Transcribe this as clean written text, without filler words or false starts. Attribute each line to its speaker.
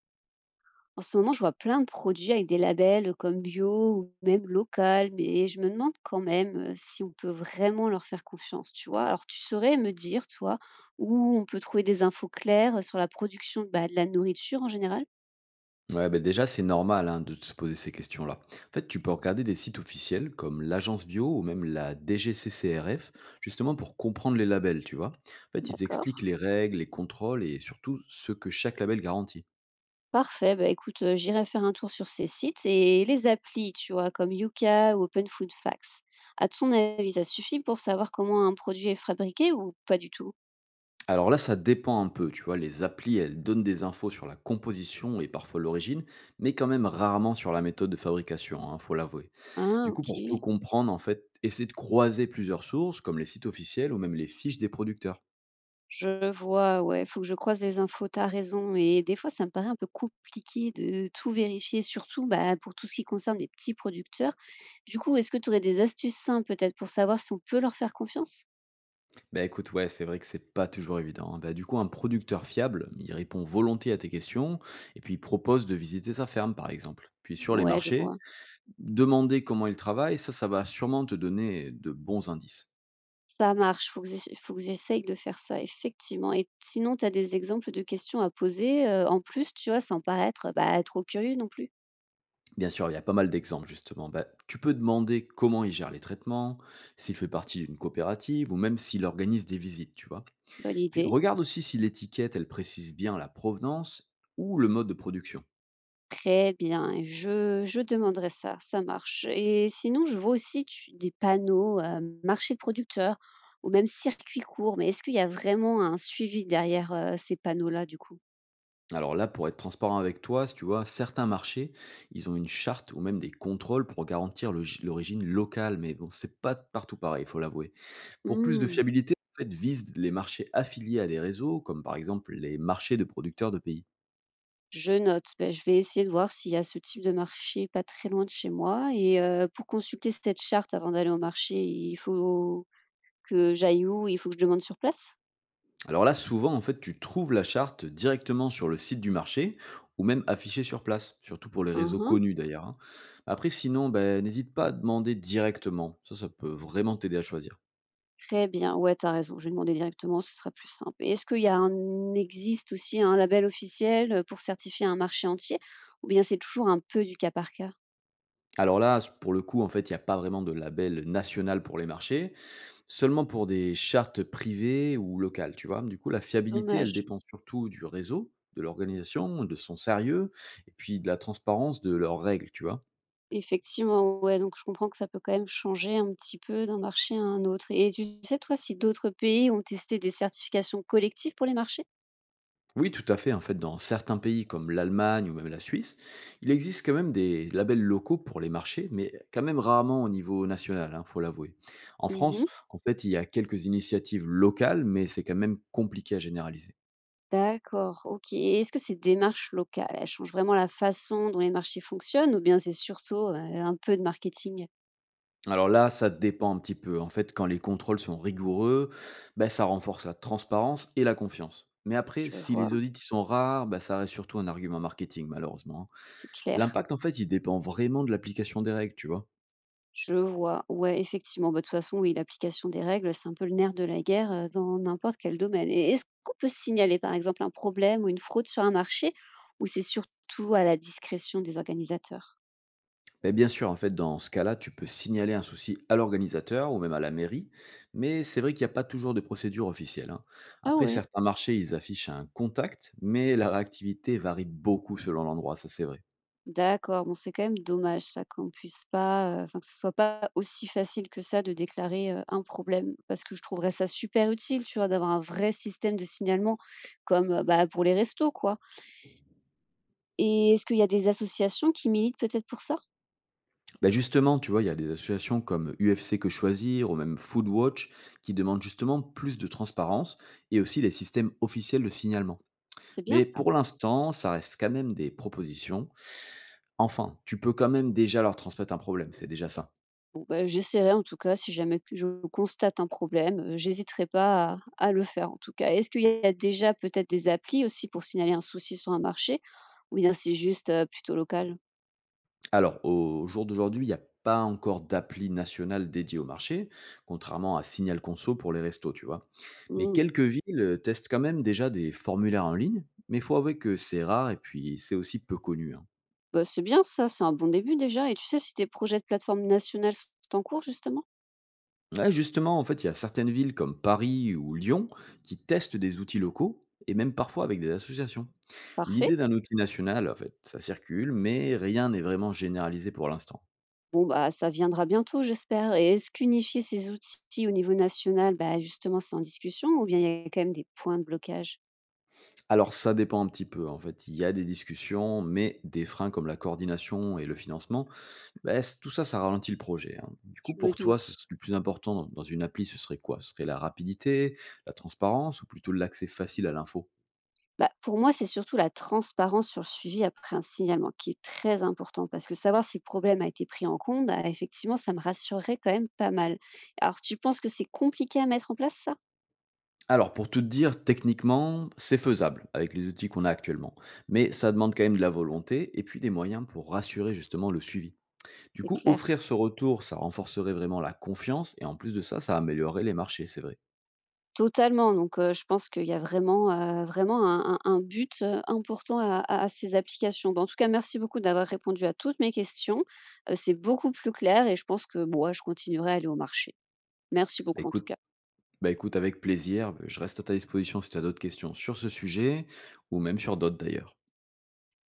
Speaker 1: En ce moment, je vois plein de produits avec des labels comme bio ou même local, mais je me demande quand même si on peut vraiment leur faire confiance, tu vois. Alors, tu saurais me dire, toi, où on peut trouver des infos claires sur la production de la nourriture en général?
Speaker 2: Ouais, ben déjà, c'est normal, hein, de se poser ces questions-là. En fait, tu peux regarder des sites officiels comme l'Agence Bio ou même la DGCCRF, justement pour comprendre les labels, tu vois. En fait, ils expliquent
Speaker 1: D'accord.
Speaker 2: les règles, les contrôles et surtout ce que chaque label garantit.
Speaker 1: Parfait. Bah, écoute, j'irai faire un tour sur ces sites et les applis, tu vois, comme Yuka ou Open Food Facts. À ton avis, ça suffit pour savoir comment un produit est fabriqué ou pas du tout?
Speaker 2: Alors là, ça dépend un peu, tu vois. Les applis, elles donnent des infos sur la composition et parfois l'origine, mais quand même rarement sur la méthode de fabrication, hein, faut l'avouer.
Speaker 1: Ah,
Speaker 2: Du coup,
Speaker 1: ok.
Speaker 2: pour tout comprendre, en fait, essaie de croiser plusieurs sources, comme les sites officiels ou même les fiches des producteurs.
Speaker 1: Je vois, ouais, faut que je croise les infos. T'as raison. Et des fois, ça me paraît un peu compliqué de tout vérifier, surtout bah, pour tout ce qui concerne les petits producteurs. Du coup, est-ce que tu aurais des astuces simples peut-être pour savoir si on peut leur faire confiance?
Speaker 2: Bah, écoute, ouais, c'est vrai que c'est pas toujours évident, hein. Bah, du coup, un producteur fiable, il répond volontiers à tes questions et puis il propose de visiter sa ferme, par exemple. Puis sur les
Speaker 1: Ouais, je
Speaker 2: marchés,
Speaker 1: vois.
Speaker 2: demander comment il travaille, ça va sûrement te donner de bons indices.
Speaker 1: Ça marche, faut que j'essaye de faire ça, effectivement. Et sinon, tu as des exemples de questions à poser, en plus, tu vois, sans paraître bah, trop curieux non plus.
Speaker 2: Bien sûr, il y a pas mal d'exemples, justement. Bah, tu peux demander comment il gère les traitements, s'il fait partie d'une coopérative ou même s'il organise des visites, tu vois.
Speaker 1: Bonne
Speaker 2: Puis
Speaker 1: idée.
Speaker 2: regarde aussi si l'étiquette, elle précise bien la provenance ou le mode de production.
Speaker 1: Très bien, je demanderai ça, ça marche et sinon je vois aussi tu des panneaux, marché de producteurs ou même circuit court, mais est-ce qu'il y a vraiment un suivi derrière, ces panneaux-là du coup?
Speaker 2: Alors là, pour être transparent avec toi, si tu vois, certains marchés, ils ont une charte ou même des contrôles pour garantir l'origine locale, mais bon, c'est pas partout pareil, il faut l'avouer. Pour plus de
Speaker 1: Mmh,
Speaker 2: fiabilité, en fait, visent les marchés affiliés à des réseaux, comme par exemple les marchés de producteurs de pays.
Speaker 1: je note. Beh, je vais essayer de voir s'il y a ce type de marché pas très loin de chez moi et pour consulter cette charte avant d'aller au marché, il faut que j'aille où? Il faut que je demande sur place?
Speaker 2: Alors là, souvent, en fait, tu trouves la charte directement sur le site du marché ou même affichée sur place, surtout pour les réseaux
Speaker 1: Mmh.
Speaker 2: connus d'ailleurs, hein. Après, sinon, ben, n'hésite pas à demander directement. Ça peut vraiment t'aider à choisir.
Speaker 1: Très bien, ouais, t'as raison, je vais demander directement, ce sera plus simple. Et est-ce qu'il y a un existe aussi un label officiel, pour certifier un marché entier ou bien c'est toujours un peu du cas par cas?
Speaker 2: Alors là, pour le coup, en fait, il n'y a pas vraiment de label national pour les marchés, seulement pour des chartes privées ou locales, tu vois? Du coup, la fiabilité, elle
Speaker 1: Dommage.
Speaker 2: dépend surtout du réseau, de l'organisation, de son sérieux et puis de la transparence de leurs règles, tu vois?
Speaker 1: Effectivement, ouais, donc je comprends que ça peut quand même changer un petit peu d'un marché à un autre. Et tu sais, toi, si d'autres pays ont testé des certifications collectives pour les marchés?
Speaker 2: Oui, tout à fait, en fait, dans certains pays comme l'Allemagne ou même la Suisse, il existe quand même des labels locaux pour les marchés, mais quand même rarement au niveau national, il faut l'avouer. En France,
Speaker 1: Mmh.
Speaker 2: en fait, il y a quelques initiatives locales, mais c'est quand même compliqué à généraliser.
Speaker 1: D'accord, OK. Et est-ce que ces démarches locales, elles changent vraiment la façon dont les marchés fonctionnent ou bien c'est surtout, un peu de marketing?
Speaker 2: Alors là, ça dépend un petit peu. En fait, quand les contrôles sont rigoureux, ben ça renforce la transparence et la confiance. Mais après,
Speaker 1: Je
Speaker 2: si
Speaker 1: vois,
Speaker 2: les audits ils sont rares, ben ça reste surtout un argument marketing, malheureusement, hein.
Speaker 1: c'est clair.
Speaker 2: L'impact, en fait, il dépend vraiment de l'application des règles, tu vois.
Speaker 1: Je vois. Ouais, effectivement. Bah, de toute façon, oui, l'application des règles, c'est un peu le nerf de la guerre dans n'importe quel domaine. Et est-ce qu'on peut signaler, par exemple, un problème ou une fraude sur un marché ou c'est surtout à la discrétion des organisateurs?
Speaker 2: Mais bien sûr, en fait, dans ce cas-là, tu peux signaler un souci à l'organisateur ou même à la mairie, mais c'est vrai qu'il n'y a pas toujours de procédure officielle, hein.
Speaker 1: Ah
Speaker 2: Après,
Speaker 1: ouais.
Speaker 2: certains marchés, ils affichent un contact, mais la réactivité varie beaucoup selon l'endroit, ça c'est vrai.
Speaker 1: D'accord, bon, c'est quand même dommage ça qu'on puisse pas, enfin que ce soit pas aussi facile que ça de déclarer un problème, parce que je trouverais ça super utile, tu vois, d'avoir un vrai système de signalement comme bah, pour les restos, quoi. Et est-ce qu'il y a des associations qui militent peut-être pour ça?
Speaker 2: Bah, justement, tu vois, il y a des associations comme UFC Que Choisir ou même Foodwatch qui demandent justement plus de transparence et aussi des systèmes officiels de signalement.
Speaker 1: C'est bien
Speaker 2: Mais
Speaker 1: ça.
Speaker 2: pour l'instant, ça reste quand même des propositions. Enfin, tu peux quand même déjà leur transmettre un problème, c'est déjà ça.
Speaker 1: Bon, bah, j'essaierai en tout cas si jamais que je constate un problème, j'hésiterai pas à le faire en tout cas. Est-ce qu'il y a déjà peut-être des applis aussi pour signaler un souci sur un marché ou bien c'est juste, plutôt local?
Speaker 2: Alors, au jour d'aujourd'hui, il n'y a pas encore d'appli nationale dédiée au marché, contrairement à Signal Conso pour les restos, tu vois. Mais
Speaker 1: Mmh,
Speaker 2: quelques villes testent quand même déjà des formulaires en ligne, mais il faut avouer que c'est rare et puis c'est aussi peu connu, hein.
Speaker 1: bah, c'est bien ça, c'est un bon début déjà et tu sais si tes projets de plateforme nationale sont en cours justement?
Speaker 2: Ouais, justement, en fait, il y a certaines villes comme Paris ou Lyon qui testent des outils locaux et même parfois avec des associations.
Speaker 1: Parfait.
Speaker 2: L'idée d'un outil national, en fait, ça circule, mais rien n'est vraiment généralisé pour l'instant.
Speaker 1: Bon, bah, ça viendra bientôt j'espère et est-ce qu'unifier ces outils au niveau national, bah, justement c'est en discussion ou bien il y a quand même des points de blocage?
Speaker 2: Alors ça dépend un petit peu en fait. Il y a des discussions, mais des freins comme la coordination et le financement, tout ça, ça ralentit le projet, hein. Du coup,
Speaker 1: Je me
Speaker 2: pour toi,
Speaker 1: doute.
Speaker 2: le plus important dans dans une appli, ce serait quoi? Ce serait la rapidité, la transparence ou plutôt l'accès facile à l'info?
Speaker 1: Bah, pour moi, c'est surtout la transparence sur le suivi après un signalement qui est très important parce que savoir si le problème a été pris en compte, ah, effectivement, ça me rassurerait quand même pas mal. Alors, tu penses que c'est compliqué à mettre en place ça?
Speaker 2: Alors, pour tout te dire, techniquement, c'est faisable avec les outils qu'on a actuellement. Mais ça demande quand même de la volonté et puis des moyens pour rassurer justement le suivi. Du
Speaker 1: C'est
Speaker 2: coup, offrir
Speaker 1: clair.
Speaker 2: ce retour, ça renforcerait vraiment la confiance et en plus de ça, ça améliorerait les marchés, c'est vrai.
Speaker 1: Totalement. Donc, je pense qu'il y a vraiment, vraiment un but, important à ces applications. Bah, en tout cas, merci beaucoup d'avoir répondu à toutes mes questions. C'est beaucoup plus clair et je pense que, moi, je continuerai à aller au marché. Merci
Speaker 2: Bah,
Speaker 1: beaucoup en tout
Speaker 2: Écoute,
Speaker 1: cas.
Speaker 2: Bah écoute, avec plaisir. Bah, je reste à ta disposition si tu as d'autres questions sur ce sujet ou même sur d'autres d'ailleurs.